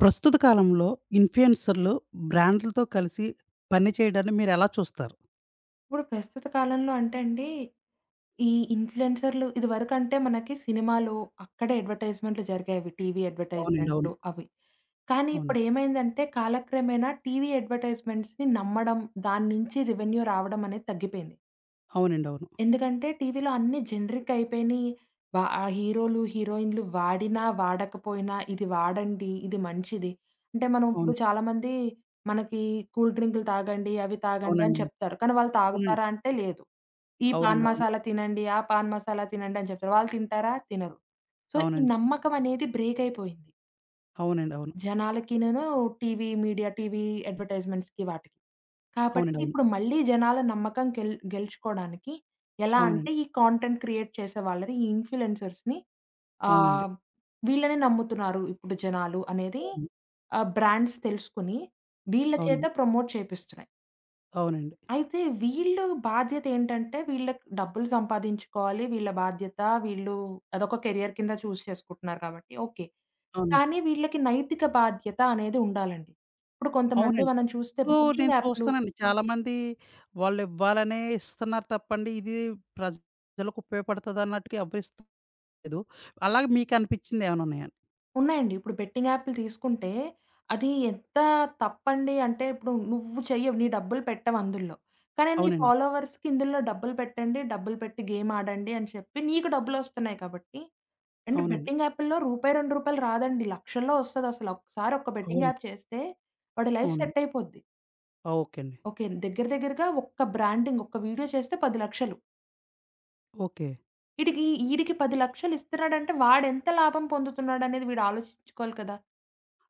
ప్రస్తుత కాలంలో ఇన్‌ఫ్లుయెన్సర్‌లు బ్రాండ్‌లతో కలిసి పని చేయడాన్ని మీరెలా చూస్తారు? ఇప్పుడు ప్రస్తుత కాలంలో అంటే అండి, ఈ ఇన్‌ఫ్లూయెన్సర్‌లు ఇదివరకంటే మనకి సినిమాలో అక్కడే అడ్వర్టైజ్‌మెంట్‌లు జరిగేవి. టీవీ అవునండి. అవును. అడ్వర్టైజ్‌మెంట్‌లు అవి. కానీ అవును. ఇప్పుడేమైందంటే కాలక్రమేణా టీవీ అడ్వర్టైజ్‌మెంట్స్‌ని నమ్మడం, దాని నుంచి రెవెన్యూ రావడం అనేది తగ్గిపోయింది. అవునండి. అవును. ఎందుకంటే టీవీలో అన్నీ జనరిక్ అయిపోయినియి. వా ఆ హీరోలు, హీరోయిన్‌లు వాడినా, వాడకపోయినా ఇది వాడండి, ఇది మంచిది. అంటే మనం ఇప్పుడు అవును. చాలామంది మనకి కూల్ డ్రింకులు తాగండి, అవి తాగండి అని అవునండి. చెప్తారు. కానీ వాళ్ళు అవునండి. తాగుతారా అంటే లేదు. ఈ పాన్ అవునండి. అవును. మసాలా తినండి, ఆ పాన్ మసాలా తినండి అని చెప్తారు. వాళ్ళు తింటారా? తినరు. సో, ఈ అవునండి. నమ్మకం అనేది బ్రేక్ అయిపోయింది. అవునండి. అవును. జనాలకినను టీవీ మీడియా, టీవీ అడ్వర్టైజ్మెంట్స్‌కి వాటికి. కాబట్టి అవునండి. ఇప్పుడు మళ్ళీ జనాల నమ్మకం గెలుచుకోవడానికి ఎలా అవును. అంటే ఈ కాంటెంట్ క్రియేట్ చేసే వాళ్ళని, ఈ ఇన్‌ఫ్లూయెన్సర్స్‌ని అవునండి. అవునండి. ఆహ్, వీళ్ళనే నమ్ముతున్నారు ఇప్పుడు జనాలు అనేది అవును. బ్రాండ్స్ తెలుసుకొని వీళ్ళ చేత అవునండి. ప్రమోట్ చేపిస్తున్నాయి. అవునండి. అయితే వీళ్ళు బాధ్యతేంటంటే, వీళ్ళకి డబ్బులు సంపాదించుకోవాలి. వీళ్ళ బాధ్యత. వీళ్ళు అదొక కెరియర్ కింద చూజ్ చేసుకుంటున్నారు కాబట్టి ఓకే. అవును. కానీ వీళ్ళకి నైతిక బాధ్యత అనేది ఉండాలండి. ఇప్పుడు కొంతమంది అవునండి. మనం చూస్తే ఇప్పుడు బెట్టింగ్ నేను యాప్‌లు చూస్తానండి, చాలామంది వాళ్ళివ్వాలనే ఇస్తున్నారు తప్పండి, ఇది ప్రజలకు ఉపయోగపడుతది అన్నట్టుగా ఎవరు ఇస్తలేదు. అలాగే మీకనిపిచ్చిందేమన్నా ఉన్నాయా? ఉన్నాయండి. ఇప్పుడు బెట్టింగ్ యాప్‌లు తీసుకుంటే, అది ఎంత తప్పండి అంటే, ఇప్పుడు నువ్వు చెయ్యవు. నీ డబ్బులు పెట్టవు అందుల్లో. కానీ నీ అవునండి. ఫాలోవర్స్‌కి ఇందులో డబ్బులు పెట్టండి, డబ్బులు పెట్టి గేమ్ ఆడండి అని చెప్పి నీకు డబ్బులొస్తున్నాయి కాబట్టి అంటే అవునండి. బెట్టింగ్ యాప్‌ల్లో రూ. 2 రాదండి. లక్షల్లో ఒస్తదసల. ఒకసారి ఒక్క బెట్టింగ్ అవును. యాప్ చేస్తే వాడి లైఫ్ అవునండి. సెట్ అయిపోద్ది. ఓకే అండి. ఓకే. దగ్గర దగ్గరగా ఒక్క బ్రాండింగ్ ఒక్క వీడియో చేస్తే 10,00,000 ఓకే. ఈడికి ఈడికి 10,00,000 ఇస్తున్నాడంటే వాడెంత లాభం పొందుతున్నాడనేది వీడు ఆలోచించుకోవాలి కదా!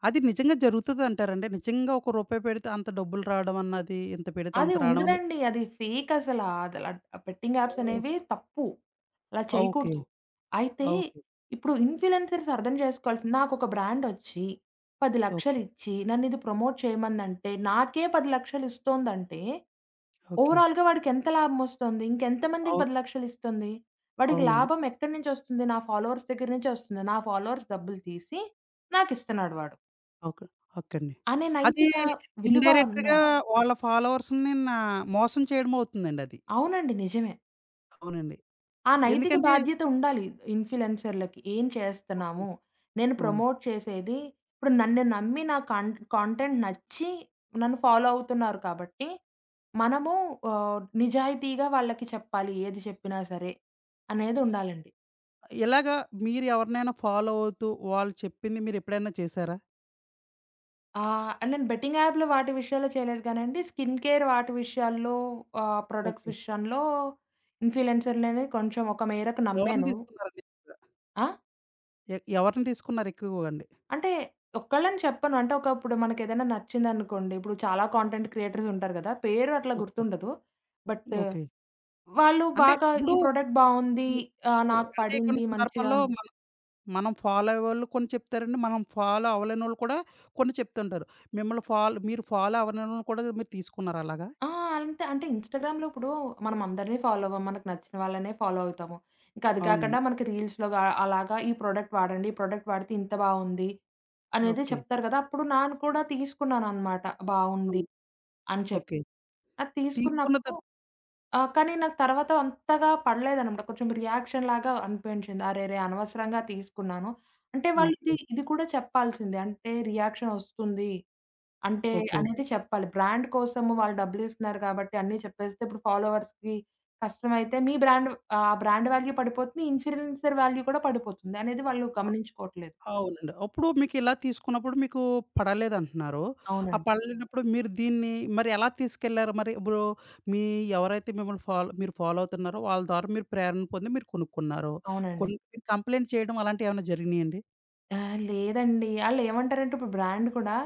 అది నిజంగా జరుగుతదంటారా అండి? నిజంగా ఒక రూపాయి పెడితే అంత డబ్బులు రావడం అన్నది, ఇంత పెడితే అది అంత రావడం అన్నది? ఉండదండి. అది ఫేక్ అసల. అదలా బెట్టింగ్ యాప్స్ ఓహ్! అనేవి తప్పు. అలా ఓకే. చేయకూడదు. అయితే ఓకే. ఇప్పుడు ఇన్‌ఫ్లుయెన్సర్స్ అర్థం జేసుకోవాల్సింది నాకొక బ్రాండొచ్చి ఓకే. 10,00,000 ఇచ్చి నన్నిది ప్రమోట్ చేయమనంటే, నాకే 10,00,000 ఇస్తోందంటే, ఓకే. ఓవరాల్‌గా వాడికెంత లాభమొస్తుంది? ఇంకెంతమందికి అవు 10,00,000 ఇస్తుంది? వాడికి అవునండి. లాభం ఎక్కడి నుంచొస్తుంది? నా ఫాలోవర్స్ దగ్గర నుంచే వస్తుంది. నా ఫాలోవర్స్ డబ్బులు తీసి నాకిస్తున్నాడు వాడు. ఓకే. ఓకే అండి. అనే అది నైతిక విలువ ఇండైరెక్ట్‌గా ఉండాలి. వాళ్ళ ఫాలోవర్స్‌ని నా మోసం చేయడం అవుతుందండి అది. అవునండి. నిజమే. అవునండి. ఆ నైతిక ఎందుకంటే బాధ్యత ఉండాలి ఇన్‌ఫ్లుయెన్సర్‌లకి. ఏం ఓకే. చేస్తున్నాము? నేను హ్మ్. ప్రమోట్ చేసేది ఇప్పుడు నన్ను నమ్మి నా కాన్ కాంటెంట్ నచ్చి నన్ను ఫాలో అవుతున్నారు కాబట్టి, మనము నిజాయితీగా వాళ్ళకి చెప్పాలి. ఏది చెప్పినా సరే అనేది ఉండాలండి. ఇలాగా మీరు ఎవరినైనా ఫాలో అవుతూ వాళ్ళు చెప్పింది మీరు ఎప్పుడైనా చేసారా? అండ్ నేను బెట్టింగ్ యాప్‌లు వాటి విషయాల్లో చేయలేదు కానండి. స్కిన్ కేర్ వాటి విషయాల్లో ప్రొడక్ట్స్ ఓకే. విషయంలో ఇన్‌ఫ్లుయెన్సర్‌లని కొంచెం ఒక మేరకు ఎవరిని నమ్మాను. తీసుకున్నారండి ఎక్కువగా? ఆ! ఎవరిని తీసుకున్నారు ఎక్కువగా అండి? అంటే ఒక్కళ్ళని చెప్పను. అంటే ఒక ఇప్పుడు మనకేదైనా నచ్చిందనుకోండి, ఇప్పుడు చాలా ఓకే. కాంటెంట్ క్రియేటర్స్ ఉంటారు గదా! పేరు అట్లా ఓకే. గుర్తుండదు. But okay. వాళ్ళు అంటే బాగా ఈ ఇప్పుడు, ప్రొడక్ట్ బావుంది. ఇప్పుడు నాకు అంటే కొన్ని పడింది, మంచిగా సందర్భాల్లో ఉంది. మనం, మనం ఫాలో అయ్యేవాళ్ళు కొన్ని చెప్తారండి. మనం ఫాలో అవ్వలేనోళ్ళు కూడా కొన్ని చెప్తుంటారు. మిమ్మల్ని ఫాలో మీరు ఫాలో అవ్వనోళ్ళని కూడా మీరు తీసుకున్నారా అలాగా? ఆ! అంతే. అంటే ఇన్‌స్టాగ్రామ్‌లో ఇప్పుడు మనం అందరిని ఫాలో అవ్వం. మనకు నచ్చిన వాళ్ళనే ఫాలో అవుతాము. ఇంకా అది కాకుండా అవునండి. మనకి రీల్స్‌లో గా అలాగా ఈ ప్రొడక్ట్ వాడండి. ఈ ప్రొడక్ట్ వాడితే ఇంత బావుంది అనేది ఓకే. చెప్తారు కదా! అప్పుడు నాను కూడా తీసుకున్నాననమాట. బావుంది హ్మ్. అని చెప్పి. ఓకే. అది తీసుకున్న తీసుకున్నప్పుడు కానీ నాకు తర్వాత అంతగా పడలేదనమాట. కొంచెం రియాక్షన్ లాగా అనిపించింది. అరెరే! అనవసరంగా తీసుకున్నాను. అంటే వాళ్ళు ఇది ఓకే. ఇది కూడా చెప్పాల్సిందే. అంటే రియాక్షన్ ఒస్తుంది. అంటే ఓకే. అనేది చెప్పాలి. బ్రాండ్ కోసము వాళ్ళు డబ్బులిస్తున్నారు కాబట్టి అన్నీ చెప్పేస్తే ఇప్పుడు ఫాలోవర్స్‌కి కష్టమైతే మీ బ్రాండ్ ఆ బ్రాండ్ వాల్యూ పడిపోతుంది. ఇన్‌ఫ్లుయెన్సర్ వాల్యూ కూడా పడిపోతుంది అనేది వాళ్ళు గమనించుకోవట్లేదు. అవునండి. అప్పుడు మీకిలా తీసుకున్నప్పుడు మీకు పడలేదంటున్నారు. ఆ అవునండి. పడలేనప్పుడు మీరు దీన్ని మరి ఎలా తీసుకెళ్లారు? మరి ఇప్పుడు మీ ఎవరైతే మిమ్మల్ని ఫాలో మీరు ఫాలో అవుతున్నారో వాళ్ళ ద్వారా మీరు ప్రేరణ పొంది మీరు కొనుక్కున్నారు. అవునండి. కొను, మీరు కంప్లెయింట్ చేయడం అలాంటియేమన్నా జరిగినాయండి? లేదండి. ఆళ్ళేమంటారంటే ఇప్పుడు బ్రాండ్ కూడా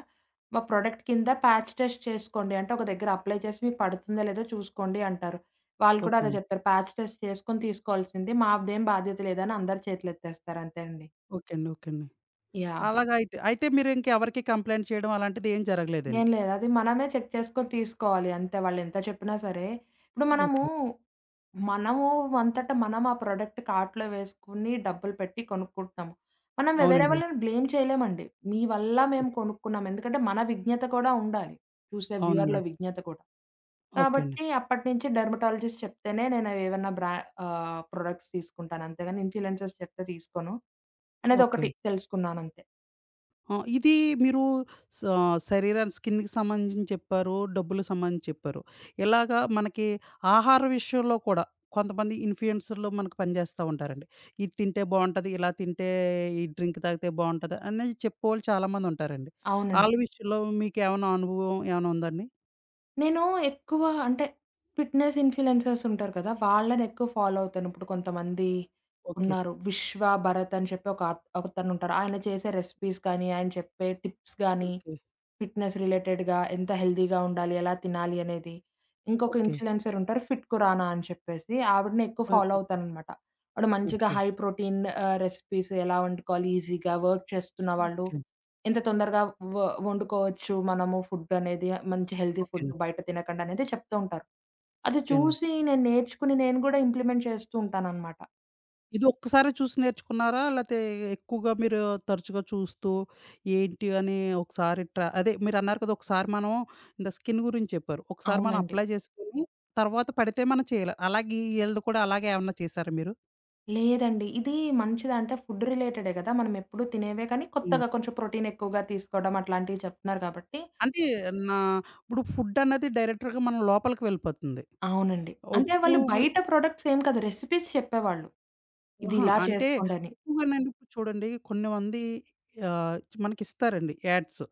మా ప్రొడక్ట్ కింద ప్యాచ్ టెస్ట్ చేసుకోండి. అంటే ఒక దగ్గర అప్లై చేసి మీకు పడుతుందో లేదో చూసుకోండి అంటారు. వాళ్ళు కూడా ఓకే. అదే అండి. చెప్తారు. ప్యాచ్ టెస్ట్ చేసుకొని తీసుకోవాల్సింది. మాదేం బాధ్యత లేదని అందరి చేతులెత్తేస్తారు అంతే అండి. ఓకే అండి. ఓకే అండి. యాహ్! అలాగా అయితే. అయితే మీరు ఇంకెవరికీ కంప్లెయింట్ చేయడం అలాంటిదేం జరగలేదండి. ఏం లేదు. అది మనమే చెక్ చేసుకొని తీసుకోవాలి అంతే. వాళ్ళెంత చెప్పినా సరే. ఇప్పుడు మనము, ఓకే. మనము అంతట మనం ఆ ప్రొడక్ట్ కార్ట్‌లో వేసుకొని డబ్బులు పెట్టి కొనుక్కుంటున్నాము. మనం వేరే అవునండి. వాళ్ళని బ్లేమ్ చేయలేమండి. మీ వల్ల ఓకే. మేము కొనుక్కున్నాం. ఎందుకంటే మన విజ్ఞత కూడా ఉండాలి. చూసే వ్యూయర్‌ల అవునండి. విజ్ఞత కూడా. ఓకే అండి. కాబట్టి అప్పటినుంచి డెర్మటాలజిస్ట్ చెప్తేనే నేను ఏవన్నా ప్రొడక్ట్స్ తీసుకుంటాను. అంతేగాని ఇన్‌ఫ్లుయెన్సర్స్ చెప్తే తీసుకోను. అనేది ఓకే. ఒకటి తెలుసుకున్నానంతే. ఆ! ఇది మీరు స శరీరాన్ని స్కిన్‌కి సంబంధించి చెప్పారు. డబ్బులకు సంబంధించి చెప్పారు. ఇలాగా మనకి ఆహార విషయంలో కూడా కొంతమంది ఇన్‌ఫ్లుయెన్సర్‌లు మనకు పనిచేస్తా ఉంటారండి. ఇది తింటే బావుంటది. ఇలా తింటే ఈ డ్రింక్ తాగితే బావుంటది అని చెప్పేవాళ్ళు చాలామంది ఉంటారండి. అవునండి. ఆళ్ళ విషయంలో మీకేమన్నా అనుభవం ఏమన్నా ఉందండి? నేను ఎక్కువ అంటే ఫిట్‌నెస్ ఇన్‌ఫ్లుయెన్సర్స్ ఉంటారు కదా! వాళ్ళని ఎక్కువ ఫాలో అవుతాను. ఇప్పుడు కొంతమంది ఓకే. ఉన్నారు. విశ్వ భరత్ అని చెప్పి ఒక అతనుంటారు. ఆయన చేసే రెసిపీస్ కానీ, ఆయన చెప్పే టిప్స్ గానీ, ఓకే. ఫిట్‌నెస్ రిలేటెడ్‌గా ఎంత హెల్తీగా ఉండాలి, ఎలా తినాలి అనేది. ఇంకొక ఓకే. ఇన్‌ఫ్లుయెన్సర్ ఉంటారు 'ఫిట్ ఖురానా' అని చెప్పేసి ఆవిడని ఎక్కువ ఆ! Follow okay. అవుతాననమాట. ఆవిడ మంచిగా ఓకే. హై ప్రోటీన్ రెసిపీస్ ఎలా వండుకోవాలి ఈజీగా, వర్క్ చేస్తున్న వాళ్ళు ఓకే. ఎంత తొందరగా వ వండుకోవచ్చు మనము ఫుడ్ అనేది, మంచి హెల్తీ ఓకే ఫుడ్ అండి. బయట తినకండా అనేది చెప్తూ ఉంటారు. అది ఓకే అండి. చూసి నేను నేర్చుకుని నేను గూడా ఇంప్లిమెంట్ చేస్తూ ఉంటాననమాట. ఇది ఒక్కసారే చూసి నేర్చుకున్నారా? లేతే ఎక్కువగా మీరు తరచుగా చూస్తూ ఏంటి అని ఒకసారి అదే మీరన్నారు కదా! ఒకసారి మనం ఇంద స్కిన్ గురించి చెప్పారు. ఒకసారి మనం అవునండి. అప్లై చేసుకొని తర్వాత పడితే మనం చేయాలి. అలాగే ఈళ్ళది కూడా అలాగే ఏమన్నా చేసారా మీరు? లేదండి. ఇది మంచిదా అంటే ఫుడ్ రిలేటెడే గదా! మనం ఎప్పుడూ తినేవే కానీ హ్మ్. కొత్తగా కొంచెం ప్రోటీన్ ఎక్కువగా తీసుకోవడం అట్లాంటివి చెప్తున్నారు కాబట్టి అంటే నా ఇప్పుడు ఫుడ్ అన్నది డైరెక్టర్‌గా మనం లోపలికి వెళ్ళిపోతుంది. అవునండి. అంటే వాళ్ళు ఇప్పుడు బయట ప్రొడక్ట్స్ ఏం కాదు రెసిపీస్ చెప్పేవాళ్ళు. ఇది ఆహా! ఇలా అంటే చేసుకోండని. ఎక్కువగానండి ఇప్పుడు చూడండి కొన్ని మంది ఆహ్, మనకిస్తారండి యాడ్స్.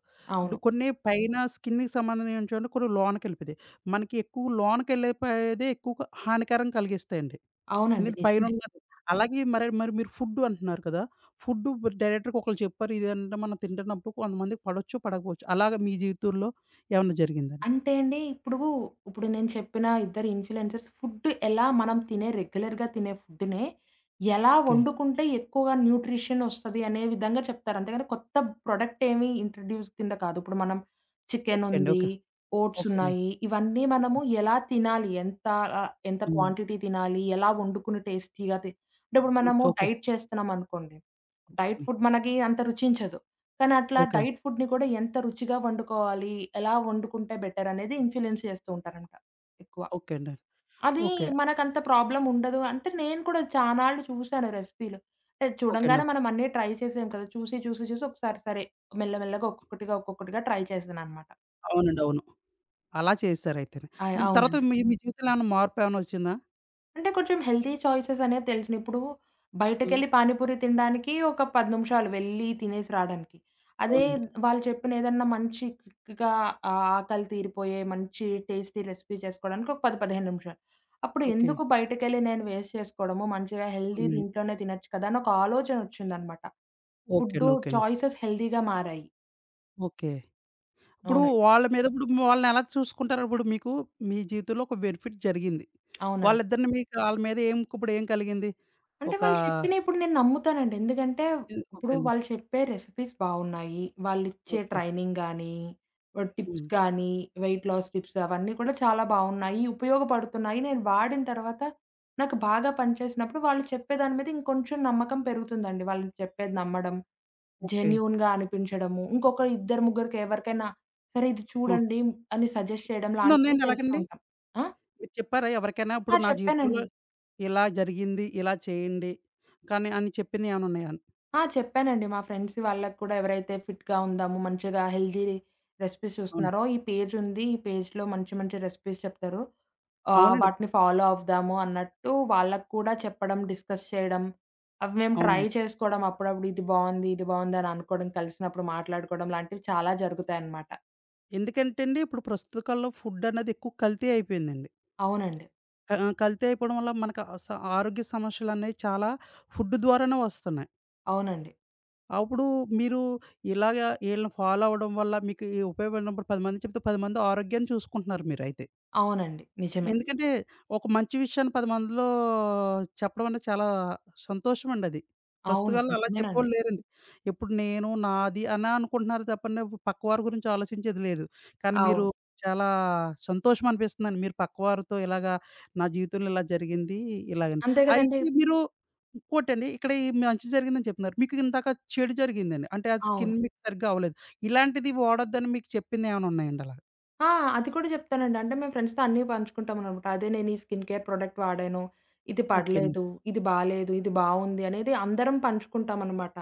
డు అవును. కొన్ని పైన స్కిన్‌కి సంబంధించినవి కొన్ని లోనకెళ్ళిపోతాయి. మనకి ఎక్కువ లోనకెళ్ళిపోయేదే ఎక్కువగా హానికరం కలిగిస్తాయండి. అవునండి. ఎందుకంటే నిజమే. పైనున్నది. అలాగే మరి మరి మీరు ఫుడ్డు అంటున్నారు కదా! ఫుడ్డు డైరెక్టర్‌గా ఒకళ్ళు చెప్పారు ఇది అంటే మనం తింటున్నప్పుడు కొంతమందికి పడొచ్చు, పడకపోవచ్చు. అలాగా మీ జీవితంలో ఏమన్నా జరిగిందండి? అంటే అండి, ఇప్పుడు, ఇప్పుడు నేను చెప్పిన ఇద్దరు ఇన్‌ఫ్లుయెన్సర్స్ ఫుడ్ ఎలా మనం తినే రెగ్యులర్‌గా తినే ఫుడ్‌నే ఎలా ఓకే. వండుకుంటే ఎక్కువగా న్యూట్రిషన్ ఒస్తది అనే విధంగా చెప్తారు. అంతేగాని కొత్త ప్రొడక్ట్ ఏమి ఇంట్రొడ్యూస్ కింద కాదు. ఇప్పుడు మనం చికెన్ ఓకే అండి. ఉంది, ఓకే. ఓట్స్ ఓకే అండి. ఉన్నాయి. ఇవన్నీ ఓకే. మనము ఎలా తినాలి? ఎంత ఎంత హ్మ్. క్వాంటిటీ తినాలి? ఎలా వండుకుని టేస్టీగా అంటే ఇప్పుడు మనము ఓకే. డైట్ చేస్తున్నామనుకోండి. ఓకే డైట్ అండి. ఫుడ్ మనకి అంత రుచించదు. కానీ అట్లా ఓకే అండి. డైట్ ఫుడ్‌ని కూడా ఎంత రుచిగా వండుకోవాలి, ఎలా వండుకుంటే బెటర్ అనేది ఇన్‌ఫ్లుయెన్స్ చేస్తూ ఉంటారంట ఎక్కువ. ఓకే అండి. ఓకే అండి. అది ఓకే. మనకంత ప్రాబ్లమ్ ఉండదు. అంటే నేను కూడా చానాళ్లు చూసాను రెసిపీలు. అంటే ఓకే అండి. చూడంగానే మనం అన్నీ ట్రై చేసాం కదా! చూసి, చూసి, చూసి ఒకసారి సరే మెల్లమెల్లగా ఒక్కొక్కటిగా, ఒక్కొక్కటిగా ట్రై చేశాననమాట. అవునండి. అవును. అలా చేశారయితేనే. దీని తర్వాత అవునండి. మీ మీ జీవితంలో ఏమన్నా మార్పేమన్నా వచ్చిందా? అంటే కొంచెం హెల్తీ చాయిసెస్ అనేవి తెలిసినయి. ఇప్పుడు ఆ! బయటకెళ్ళి పానీపూరి తినడానికి ఒక 10 నిమిషాలు వెళ్ళి తినేసి రాడానికి. అదే అవునండి. వాళ్ళు చెప్పిన ఏదన్నా మంచి క్విక్‌గా ఆకలి తీరిపోయే మంచి టేస్టీ రెసిపీ చేసుకోవడానికి ఒక 10, 15 నిమిషాలు. అప్పుడు ఓకే. ఎందుకు బయటకెళ్ళి నేను వేస్ట్ చేసుకోవడము, మంచిగా హెల్తీ అవునండి. దీంట్లోనే తినొచ్చు కదా! అని ఒక ఆలోచన వచ్చిందనమాట. ఓకే ఫుడ్డు అండి. ఓకే అండి. చాయిసెస్ హెల్తీగా మారాయి. ఓకే. ఇప్పుడు అవునండి. వాళ్ళ మీద ఇప్పుడు వాళ్ళనెలా చూసుకుంటారు? ఇప్పుడు మీకు మీ జీవితంలో ఒక బెనిఫిట్ జరిగింది. అవునండి. వాళ్ళిద్దరిని మీకు ఆళ్ళ మీద ఏం ఇప్పుడేం కలిగింది? అంటే ఒక వాళ్ళు చెప్పినయి ఇప్పుడు నేను నమ్ముతానండి. ఎందుకంటే, ఇది ఓకే ఇప్పుడు అండి. వాళ్ళు చెప్పే రెసిపీస్ బావున్నాయి. వాళ్ళిచ్చే ఓకే. ట్రైనింగ్ గానీ, టిప్స్ హ్మ్. గానీ, వెయిట్ లాస్ టిప్స్ అవన్నీ కూడా చాలా బావున్నాయి. ఉపయోగపడుతున్నాయి. నేను వాడిన తర్వాత నాకు బాగా పనిచేసినప్పుడు వాళ్ళు చెప్పే దాని మీద ఇంకొంచెం నమ్మకం పెరుగుతుందండి. వాళ్ళు చెప్పేది నమ్మడం, ఓకే. జెన్యూన్‌గా అనిపించడము, ఇంకొక ఇద్దరు ముగ్గురికి ఎవరికైనా సరే ఇది ఆ! చూడండి అని సజెస్ట్ చేయడం ఉందా లాంటివి ఉందండి చేస్తూ ఎలాగండి? ఉంటాం. ఆ! మీరు చెప్పారా ఎవరికైనా ఆ! ఇప్పుడు నా జీవితంలో చెప్పానండి. ఇలా జరిగింది, ఇలా చేయండి కానీ అని చెప్పినయేమన్నా ఉన్నాయా? ఆ! చెప్పానండి. మా ఫ్రెండ్స్ వాళ్ళకి కూడా ఎవరైతే ఫిట్‌గా ఉందామో, మంచిగా హెల్తీ రెసిపీస్ అవును. చూస్తున్నారో, ఈ పేజ్ ఉంది. ఈ పేజ్‌లో మంచి మంచి రెసిపీస్ చెప్తారు. అవునండి. వాటిని ఫాలో అవుదాము అన్నట్టు వాళ్ళకి కూడా చెప్పడం, డిస్కస్ చేయడం. అవి మేము ట్రై అవును. చేసుకోవడం అప్పుడప్పుడు ఇది బావుంది, ఇది బావుంది అని అనుకోవడం, కలిసినప్పుడు మాట్లాడుకోవడం లాంటివి చాలా జరుగుతాయన్నమాట. ఎందుకంటే అండి, ఇప్పుడు ప్రస్తుత కాలంలో ఫుడ్ అనేది ఎక్కువ కల్తీ అయిపోయిందండి. అవునండి. కల్తీ అయిపోవడం వల్ల మనకు ఆ స ఆరోగ్య సమస్యలనేవి చాలా ఫుడ్ ద్వారానే వస్తున్నాయి. అవునండి. అప్పుడు మీరు ఇలాగ ఈళ్ళని ఫాలో అవ్వడం వల్ల మీకు ఈ ఉపయోగపడినప్పుడు 10 మంది చెప్తే 10 మంది ఆరోగ్యాన్ని చూసుకుంటున్నారు మీరైతే. అవునండి. నిజమే. ఎందుకంటే, ఒక మంచి విషయాన్ని 10 మందిలో చెప్పడం అంటే చాలా సంతోషమండి అది. అవును. ప్రస్తుతాల్లో అలా నిజమేనండి. చెప్పేవాళ్ళు లేరండి. ఇప్పుడు నేను, నాది అనే అనుకుంటున్నారు తప్పండి, పక్కవారి గురించి ఆలోచించేది లేదు. కానీ మీరు అవును. చాలా సంతోషం అనిపిస్తుందండి. మీరు పక్కవారితో ఇలాగా నా జీవితంలో ఇలా జరిగింది ఇలాగని. అంతే కదండీ! అయితే మీరు ఇంకోటండి ఇక్కడ ఈ మంచి జరిగిందని చెప్తున్నారు. మీకు ఇందాక చెడు జరిగిందండి. అంటే అది అవును. స్కిన్ మీకు సరిగ్గా అవ్వలేదు. ఇలాంటిది వాడొద్దని మీకు చెప్పిందేమైనా ఉన్నాయండి అలాగా? ఆ! అది కూడా చెప్తానండి. అంటే మేము ఫ్రెండ్స్‌తో అన్నీ పంచుకుంటామనమాట. అదే నేను ఈ స్కిన్ కేర్ ప్రొడక్ట్ వాడాను. ఇది ఓకే అండి. పడలేదు, ఇది బాలేదు, ఇది బావుంది అనేది అందరం పంచుకుంటామనమాట.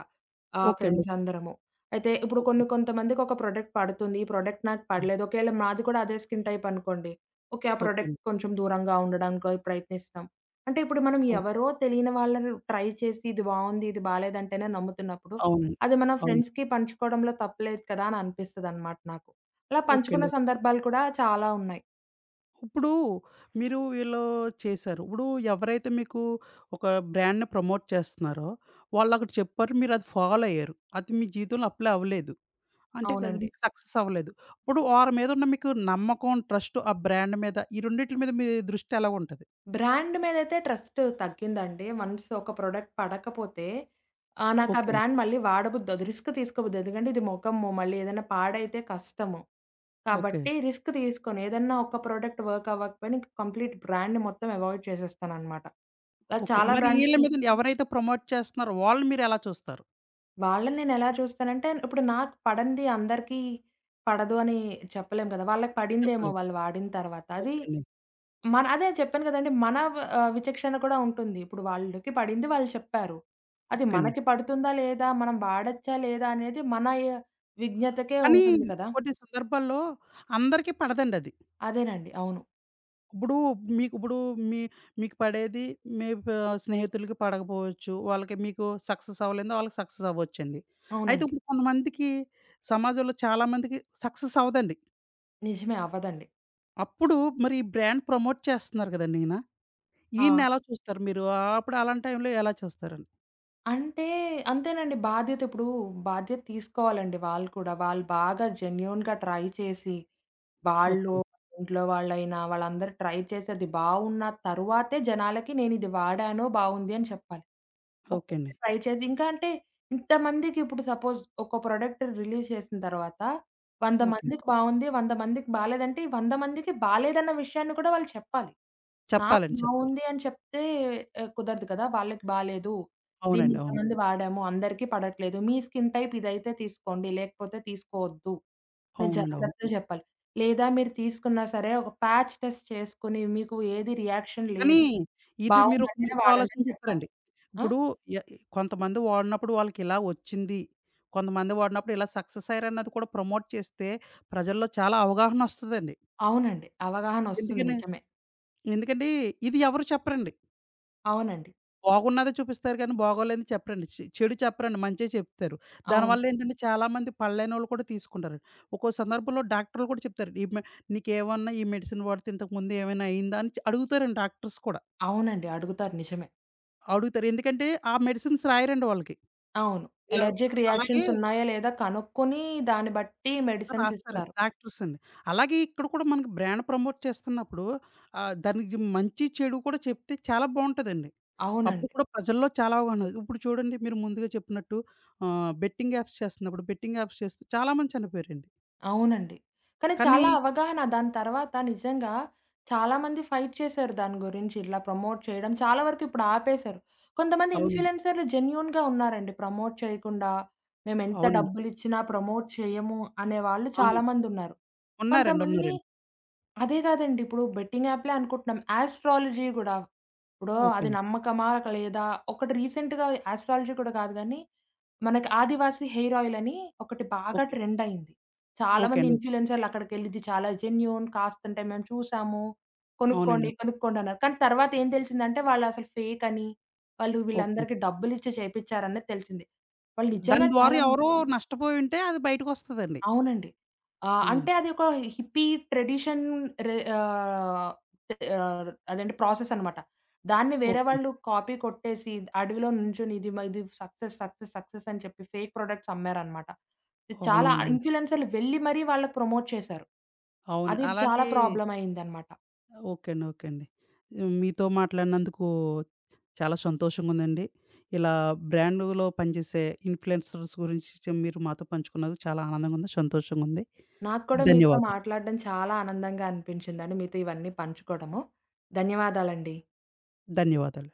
ఓకే అండి. Friends okay. అందరము. అయితే ఇప్పుడు ఓకే. కొన్ని కొంతమందికి ఒక ప్రొడక్ట్ పడుతుంది. ఈ ప్రొడక్ట్ నాకు హ్మ్. పడలేదు. ఒకేళ మాది కూడా అదే స్కిన్ టైప్ అనుకోండి. ఓకే. ఆ ఓకే ప్రొడక్ట్ అండి. కొంచెం దూరంగా ఉండడానికో ప్రయత్నిస్తాం. అంటే ఇప్పుడు మనం అవును. ఎవరో తెలియని వాళ్ళని ట్రై చేసి ఇది బావుంది, ఇది బాలేదంటేనే నమ్ముతున్నప్పుడు, అవును. అది మన అవును. ఫ్రెండ్స్‌కి పంచుకోవడంలో తప్పులేదు కదా! అని అనిపిస్తదనమాట నాకు. అలా ఓకే పంచుకున్న అండి. సందర్భాలు కూడా చాలా ఉన్నాయి. ఇప్పుడు మీరు వీళ్ళు చేశారు. ఇప్పుడు ఎవరైతే మీకు ఒక బ్రాండ్‌ని ప్రమోట్ చేస్తున్నారో, వాళ్ళొకటి చెప్పారు. మీరది ఫాలో అయ్యారు. అది మీ జీవితంలో అప్లై అవ్వలేదు. అంటే అది అవునండి. మీకు సక్సెస్ అవ్వలేదు. ఇప్పుడు వారి మీదున్న మీకు నమ్మకం, ట్రస్ట్ ఆ బ్రాండ్ మీద ఈ రెండిట్ల మీద మీ దృష్టి ఎలాగుంటది? బ్రాండ్ మీదైతే ట్రస్ట్ తగ్గిందండి. వన్స్ ఒక ప్రొడక్ట్ పడకపోతే నాకు ఆ ఓకే అండి. బ్రాండ్ మళ్ళీ వాడబుద్దవ్వదు. రిస్క్ తీసుకోబుద్దు. ఎందుకంటే ఇది మొఖము, మళ్ళీ ఏదైనా పాడైతే కష్టము. ఓకే. కాబట్టి రిస్క్ తీసుకొని ఏదన్నా ఒక ప్రొడక్ట్ వర్క్ అవ్వకపోయినా ఇంక కంప్లీట్ బ్రాండ్‌ని మొత్తం అవాయిడ్ చేసేస్తాననమాట. అలా ఓకే. చాలా మరి ఈళ్ళ బ్రాండ్స్‌ని మీద ఎవరైతే ప్రమోట్ చేస్తున్నారో వాళ్ళు మీరెలా చూస్తారు? వాళ్ళని నేను ఎలా చూస్తానంటే ఇప్పుడు నాకు పడంది అందరికీ పడదు అని చెప్పలేం కదా! వాళ్ళకి పడిందేమో చెప్పలేదు. వాళ్ళు వాడిన తర్వాత. అది ఓకే అండి. మన అదే చెప్పాను కదండీ! మన విచక్షణ కూడా ఉంటుంది. ఇప్పుడు వాళ్ళకి పడింది వాళ్ళు చెప్పారు. అది ఓకే అండి. మనకి పడుతుందా లేదా? మనం వాడొచ్చా లేదా? అనేది మన విజ్ఞతకే కానీ ఉంటుంది కదా! కొన్ని సందర్భాల్లో అందరికీ పడదండది. అదేనండి. అవును. ఇప్పుడు మీకిప్పుడు మీ మీకు పడేది మీ స్నేహితులకి పడకపోవచ్చు. వాళ్ళకి మీకు సక్సెస్ అవ్వలేనిది వాళ్ళకి సక్సెస్ అవ్వొచ్చండి. అయితే అవునండి. ఇప్పుడు కొంతమందికి సమాజంలో చాలామందికి సక్సెస్ అవ్వదండి. నిజమే అవ్వదండి. అప్పుడు మరి ఈ బ్రాండ్ ప్రమోట్ చేస్తున్నారు కదండీ ఈయన. ఆ! ఈయన్నెలా చూస్తారు మీరు? అప్పుడు అలాంటి టైంలో ఎలా చూస్తారండి? అంటే అంతేనండి బాధ్యత ఇప్పుడు బాధ్యత తీసుకోవాలండి వాళ్ళు కూడా. వాళ్ళు బాగా జెన్యూన్‌గా ట్రై చేసి వాళ్ళు, ఓకే. ఇంట్లో వాళ్ళైనా వాళ్ళందరూ ట్రై చేసి అది బాగున్న తరువాతే జనాలకి నేనిది వాడాను బావుంది అని చెప్పాలి. ఓకే అండి. ఒక్కసారి ట్రై చేసి ఇంకా అంటే ఇంతమందికి ఇప్పుడు సపోజ్ ఒక ప్రొడక్ట్ రిలీజ్ చేసిన తర్వాత 100 ఓకే. మందికి బావుంది, 100 మందికి బాలేదంటే, ఈ 100 మందికి బాలేదన్న విషయాన్ని కూడా వాళ్ళు చెప్పాలి. నాకు చెప్పాలండి. చెప్పండి. బావుంది అని చెప్తే కుదరదు కదా! వాళ్ళకి బాలేదు. దీన్ని అవునండి. అవును. ఇంతమంది వాడాము, అందరికీ పడట్లేదు. మీ స్కిన్ టైప్ ఇదైతే తీసుకోండి, లేకపోతే తీసుకోవద్దు. నేను అవునండి. అవును. జాగ్రత్తలు చెప్పాలి. లేదా మీరు తీసుకున్నా సరే ఒక ప్యాచ్ టెస్ట్ చేసుకొని మీకు ఏది రియాక్షన్ లేదు. కానీ ఇది మీరొక బావుందంటేనే మంచి వాడండి ఆలోచన అని చెప్పాలి. చెప్పారండి. ఆ! ఇప్పుడు య కొంతమంది వాడినప్పుడు వాళ్ళకిలా వచ్చింది. కొంతమంది వాడినప్పుడు ఇలా సక్సెస్ అయ్యారన్నది కూడా ప్రమోట్ చేస్తే ప్రజల్లో చాలా అవగాహనొస్తదండి. అవునండి. అవగాహనొస్తుంది ఎందుకని నిజమే. ఎందుకంటే ఇది ఎవరు చెప్పరండి. అవునండి. బాగున్నదే చూపిస్తారు కానీ బాగోలేనిది చెప్పరండి. చెడు చెప్పరండి. మంచే చెప్తారు. అవును. దానివల్ల ఏంటంటే చాలామంది పడలేనోళ్ళు కూడా తీసుకుంటారండి. ఒక్కో సందర్భంలో డాక్టర్లు కూడా చెప్తారండి. ఈ మె "నీకేమన్నా ఈ మెడిసిన్ వాడితే ఇంతకు ముందు ఏమైనా అయిందా?" అని అడుగుతారండి డాక్టర్స్ కూడా. అవునండి. అడుగుతారు నిజమే. అడుగుతారు. ఎందుకంటే ఆ మెడిసిన్స్ రాయరండి వాళ్ళకి. అవును. ఇలా ఎలర్జిక్ అలాగే రియాక్షన్స్ ఉన్నాయా లేదా కనుక్కొని దాన్ని బట్టి మెడిసిన్స్ రాస్తారండి. ఇస్తారు. డాక్టర్స్ అండి. అలాగే ఇక్కడ కూడా మనకి బ్రాండ్ ప్రమోట్ చేస్తున్నప్పుడు దానికి మంచి, చెడు కూడా చెప్తే చాలా బావుంటదండి. అప్పుడు అవునండి. కూడా ప్రజల్లో చాలా అవగాహన ఉంది. ఇప్పుడు చూడండి మీరు ముందుగా చెప్పినట్టు బెట్టింగ్ యాప్స్ చేస్తున్నప్పుడు బెట్టింగ్ యాప్స్ చేస్తూ చాలా మంది చనిపోయారండి. అవునండి. కానీ కానీ చాలా అవగాహన దాని తర్వాత నిజంగా చాలామంది ఫైట్ చేశారు దాని గురించి ఇట్లా ప్రమోట్ చేయడం. చాలా వరకు ఇప్పుడు ఆపేశారు. కొంతమంది అవునండి. ఇన్‌ఫ్లుయెన్సర్‌లు జెన్యూన్‌గా ఉన్నారండి. ప్రమోట్ చేయకుండా మేమెంత అవునండి. డబ్బులిచ్చినా ప్రమోట్ చేయము అనే వాళ్ళు అవును. చాలామందున్నారు. ఉన్నారండి. కొంతమంది ఉన్నారండి. అదే కాదండి. ఇప్పుడు బెట్టింగ్ యాప్‌లే అనుకుంటున్నాం. యాస్ట్రాలజీ గూడా. ఇప్పుడు ఓకే అది అండి. నమ్మకమా లేదా? ఒకటి రీసెంట్‌గా యాస్ట్రాలజీ కూడా కాదు గానీ, మనకి ఆదివాసీ హెయిర్ ఆయిల్ అని ఒకటి బాగా ఓకే. ట్రెండ్ అయింది. చాలా ఓకే మంది అండి. ఇన్‌ఫ్లుయెన్సర్‌లు అక్కడికెళ్లి ఇది చాలా జెన్యూన్ కాస్తంటే మేము చూసాము. కొనుక్కోండి, అవునండి. కొనుక్కోండి అన్నారు. కానీ తర్వాత ఏం తెలిసిందంటే వాళ్ళు అసలు ఫేక్ అని, వాళ్ళు ఓకే అండి. వీళ్ళందరికీ డబ్బులిచ్చి చేపిచ్చారనేది తెలిసింది. వాళ్ళు నిజంగా దాని ద్వారా చాలా ఎవరో నష్టపోయుంటే అది బయటకొస్తదండి. అవునండి. అంటే అవునండి. అది ఒక హిప్పీ ట్రెడిషన్ రె ఆహ్, అదేంటి ప్రాసెస్ అనమాట. దాన్ని వేరే ఓకే. వాళ్ళు కాపీ కొట్టేసి అడవిలో నుంచొని ఇది సక్సెస్, సక్సెస్, సక్సెస్ అని చెప్పి ఫేక్ ప్రొడక్ట్స్ అమ్మారనమాట. ఇది చాలా అవునండి. అవును. ఇన్‌ఫ్లుయెన్సర్‌లు వెళ్లి మరీ వాళ్ళకి ప్రమోట్ చేశారు. అవునండి. అది చాలా అలాంటి ప్రాబ్లమ్ అయిందనమాట. ఓకే అండి. ఓకే అండి. మీతో మాట్లాడినందుకు చాలా సంతోషంగా ఉందండి. ఇలా బ్రాండ్‌లో పనిచేసే ఇన్‌ఫ్లుయెన్సర్స్ గురించి మీరు మాతో పంచుకున్నందుకు చాలా ఆనందంగా ఉంది. సంతోషంగా ఉంది. నాకు కూడా మీతో ధన్యవాదాలు. మాట్లాడడం చాలా ఆనందంగా అనిపించిందండి. మీతో ఇవన్నీ పంచుకోవడము. ధన్యవాదాలండి. ధన్యవాదాలు.